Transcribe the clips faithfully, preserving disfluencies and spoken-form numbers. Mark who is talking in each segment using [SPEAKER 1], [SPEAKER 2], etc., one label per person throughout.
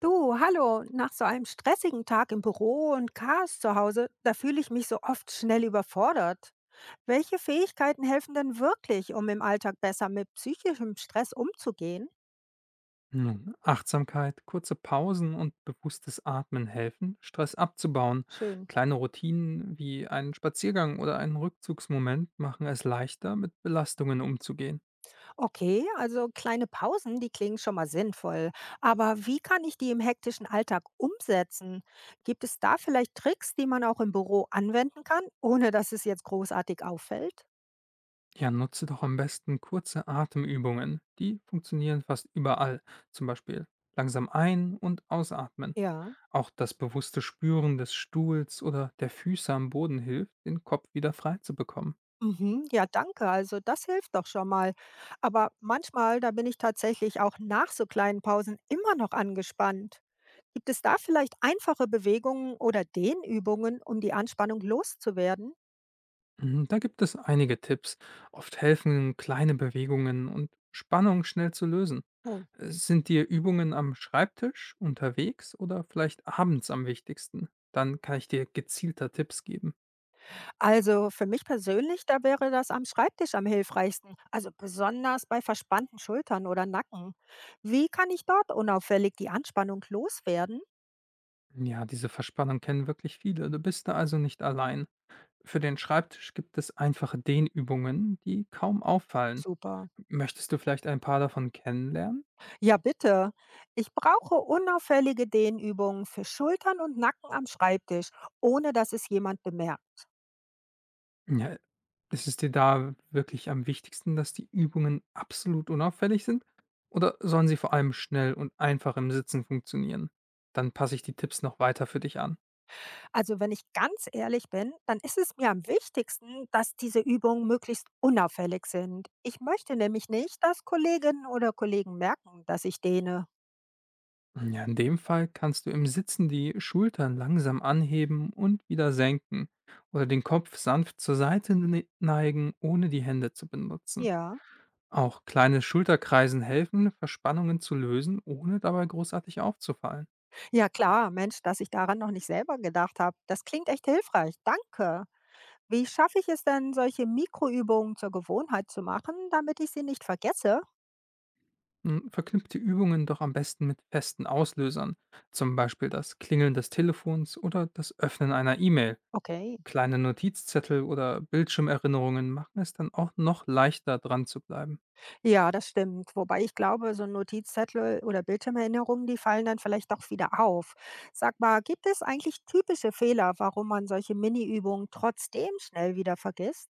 [SPEAKER 1] Du, hallo, nach so einem stressigen Tag im Büro und Chaos zu Hause, da fühle ich mich so oft schnell überfordert. Welche Fähigkeiten helfen denn wirklich, um im Alltag besser mit psychischem Stress umzugehen?
[SPEAKER 2] Nun, Achtsamkeit, kurze Pausen und bewusstes Atmen helfen, Stress abzubauen.
[SPEAKER 1] Schön.
[SPEAKER 2] Kleine Routinen wie einen Spaziergang oder einen Rückzugsmoment machen es leichter, mit Belastungen umzugehen.
[SPEAKER 1] Okay, also kleine Pausen, die klingen schon mal sinnvoll. Aber wie kann ich die im hektischen Alltag umsetzen? Gibt es da vielleicht Tricks, die man auch im Büro anwenden kann, ohne dass es jetzt großartig auffällt?
[SPEAKER 2] Ja, nutze doch am besten kurze Atemübungen. Die funktionieren fast überall. Zum Beispiel langsam ein- und ausatmen.
[SPEAKER 1] Ja.
[SPEAKER 2] Auch das bewusste Spüren des Stuhls oder der Füße am Boden hilft, den Kopf wieder frei zu bekommen.
[SPEAKER 1] Mhm, ja, danke. Also das hilft doch schon mal. Aber manchmal, da bin ich tatsächlich auch nach so kleinen Pausen immer noch angespannt. Gibt es da vielleicht einfache Bewegungen oder Dehnübungen, um die Anspannung loszuwerden?
[SPEAKER 2] Mhm. Da gibt es einige Tipps. Oft helfen kleine Bewegungen und Spannung schnell zu lösen.
[SPEAKER 1] Oh,
[SPEAKER 2] Äh, Sind dir Übungen am Schreibtisch, unterwegs oder vielleicht abends am wichtigsten? Dann kann ich dir gezielter Tipps geben.
[SPEAKER 1] also für mich persönlich, da wäre das am Schreibtisch am hilfreichsten. Also besonders bei verspannten Schultern oder Nacken. Wie kann ich dort unauffällig die Anspannung loswerden?
[SPEAKER 2] Ja, diese Verspannung kennen wirklich viele. Du bist da also nicht allein. Für den Schreibtisch gibt es einfache Dehnübungen, die kaum auffallen.
[SPEAKER 1] Super.
[SPEAKER 2] Möchtest du vielleicht ein paar davon kennenlernen?
[SPEAKER 1] Ja, bitte. Ich brauche unauffällige Dehnübungen für Schultern und Nacken am Schreibtisch, ohne dass es jemand bemerkt.
[SPEAKER 2] Ja, ist es dir da wirklich am wichtigsten, dass die Übungen absolut unauffällig sind? Oder sollen sie vor allem schnell und einfach im Sitzen funktionieren? Dann passe ich die Tipps noch weiter für dich an.
[SPEAKER 1] Also wenn ich ganz ehrlich bin, dann ist es mir am wichtigsten, dass diese Übungen möglichst unauffällig sind. Ich möchte nämlich nicht, dass Kolleginnen oder Kollegen merken, dass ich dehne.
[SPEAKER 2] Ja, in dem Fall kannst du im Sitzen die Schultern langsam anheben und wieder senken oder den Kopf sanft zur Seite ne- neigen, ohne die Hände zu benutzen.
[SPEAKER 1] Ja.
[SPEAKER 2] Auch kleine Schulterkreisen helfen, Verspannungen zu lösen, ohne dabei großartig aufzufallen.
[SPEAKER 1] Ja klar, Mensch, dass ich daran noch nicht selber gedacht habe. Das klingt echt hilfreich. Danke. Wie schaffe ich es denn, solche Mikroübungen zur Gewohnheit zu machen, damit ich sie nicht vergesse?
[SPEAKER 2] Hm, Verknüpft die Übungen doch am besten mit festen Auslösern, zum Beispiel das Klingeln des Telefons oder das Öffnen einer E-Mail.
[SPEAKER 1] Okay.
[SPEAKER 2] Kleine Notizzettel oder Bildschirmerinnerungen machen es dann auch noch leichter dran zu bleiben.
[SPEAKER 1] Ja, das stimmt. Wobei ich glaube, so Notizzettel oder Bildschirmerinnerungen, die fallen dann vielleicht doch wieder auf. Sag mal, gibt es eigentlich typische Fehler, warum man solche Mini-Übungen trotzdem schnell wieder vergisst?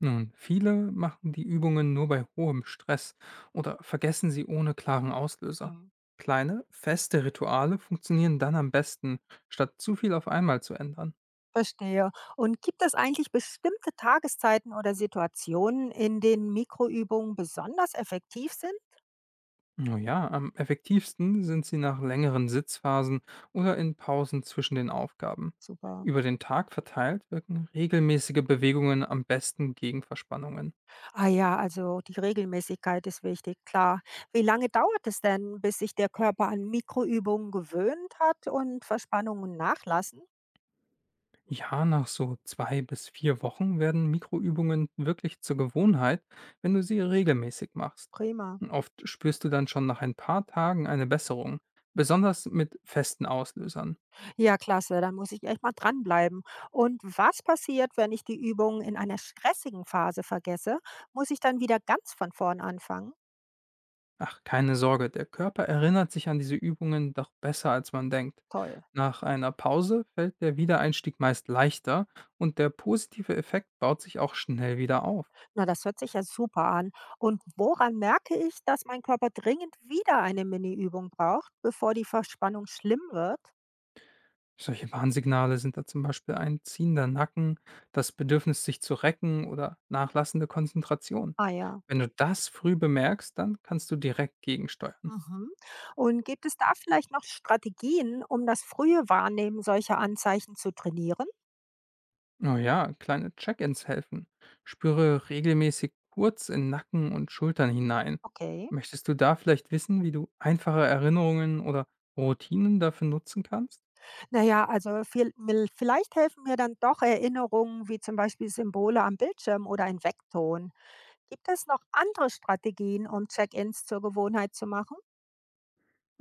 [SPEAKER 2] Nun, viele machen die Übungen nur bei hohem Stress oder vergessen sie ohne klaren Auslöser.
[SPEAKER 1] Mhm.
[SPEAKER 2] Kleine, feste Rituale funktionieren dann am besten, statt zu viel auf einmal zu ändern.
[SPEAKER 1] Verstehe. Und gibt es eigentlich bestimmte Tageszeiten oder Situationen, in denen Mikroübungen besonders effektiv sind?
[SPEAKER 2] Naja, am effektivsten sind sie nach längeren Sitzphasen oder in Pausen zwischen den Aufgaben.
[SPEAKER 1] Super.
[SPEAKER 2] Über den Tag verteilt wirken regelmäßige Bewegungen am besten gegen Verspannungen.
[SPEAKER 1] Ah ja, also die Regelmäßigkeit ist wichtig, klar. Wie lange dauert es denn, bis sich der Körper an Mikroübungen gewöhnt hat und Verspannungen nachlassen?
[SPEAKER 2] Ja, nach so zwei bis vier Wochen werden Mikroübungen wirklich zur Gewohnheit, wenn du sie regelmäßig machst.
[SPEAKER 1] Prima.
[SPEAKER 2] Oft spürst du dann schon nach ein paar Tagen eine Besserung, besonders mit festen Auslösern.
[SPEAKER 1] Ja, klasse, dann muss ich echt mal dranbleiben. Und was passiert, wenn ich die Übung in einer stressigen Phase vergesse? Muss ich dann wieder ganz von vorn anfangen?
[SPEAKER 2] Ach, keine Sorge, der Körper erinnert sich an diese Übungen doch besser, als man denkt.
[SPEAKER 1] Toll.
[SPEAKER 2] Nach einer Pause fällt der Wiedereinstieg meist leichter und der positive Effekt baut sich auch schnell wieder auf.
[SPEAKER 1] Na, das hört sich ja super an. Und woran merke ich, dass mein Körper dringend wieder eine Mini-Übung braucht, bevor die Verspannung schlimm wird?
[SPEAKER 2] Solche Warnsignale sind da zum Beispiel ein ziehender Nacken, das Bedürfnis, sich zu recken oder nachlassende Konzentration.
[SPEAKER 1] Ah ja.
[SPEAKER 2] Wenn du das früh bemerkst, dann kannst du direkt gegensteuern.
[SPEAKER 1] Mhm. Und gibt es da vielleicht noch Strategien, um das frühe Wahrnehmen solcher Anzeichen zu trainieren?
[SPEAKER 2] Oh ja, kleine Check-ins helfen. Spüre regelmäßig kurz in Nacken und Schultern hinein.
[SPEAKER 1] Okay.
[SPEAKER 2] Möchtest du da vielleicht wissen, wie du einfache Erinnerungen oder Routinen dafür nutzen kannst?
[SPEAKER 1] Na ja, also viel mil vielleicht helfen mir dann doch Erinnerungen wie zum Beispiel Symbole am Bildschirm oder ein Weckton. Gibt es noch andere Strategien, um Check-ins zur Gewohnheit zu machen?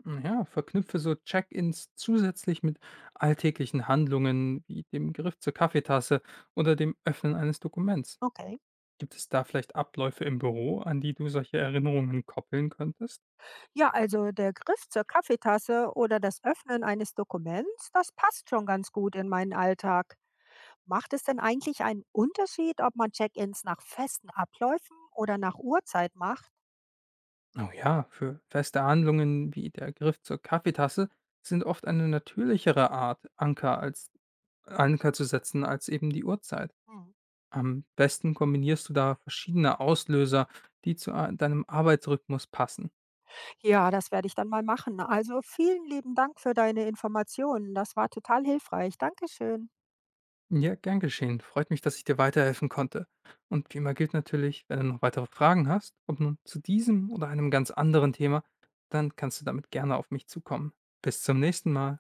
[SPEAKER 2] Hm, Ja, verknüpfe so Check-ins zusätzlich mit alltäglichen Handlungen wie dem Griff zur Kaffeetasse oder dem Öffnen eines Dokuments.
[SPEAKER 1] Okay.
[SPEAKER 2] Gibt es da vielleicht Abläufe im Büro, an die du solche Erinnerungen koppeln könntest?
[SPEAKER 1] Ja, also der Griff zur Kaffeetasse oder das Öffnen eines Dokuments, das passt schon ganz gut in meinen Alltag. Macht es denn eigentlich einen Unterschied, ob man Check-ins nach festen Abläufen oder nach Uhrzeit macht?
[SPEAKER 2] Oh ja, für feste Handlungen wie der Griff zur Kaffeetasse sind oft eine natürlichere Art, Anker als Anker zu setzen, als eben die Uhrzeit.
[SPEAKER 1] Hm.
[SPEAKER 2] Am besten kombinierst du da verschiedene Auslöser, die zu a- deinem Arbeitsrhythmus passen.
[SPEAKER 1] Ja, das werde ich dann mal machen. Also vielen lieben Dank für deine Informationen. Das war total hilfreich. Dankeschön.
[SPEAKER 2] Ja, gern geschehen. Freut mich, dass ich dir weiterhelfen konnte. Und wie immer gilt natürlich, wenn du noch weitere Fragen hast, ob nun zu diesem oder einem ganz anderen Thema, dann kannst du damit gerne auf mich zukommen. Bis zum nächsten Mal.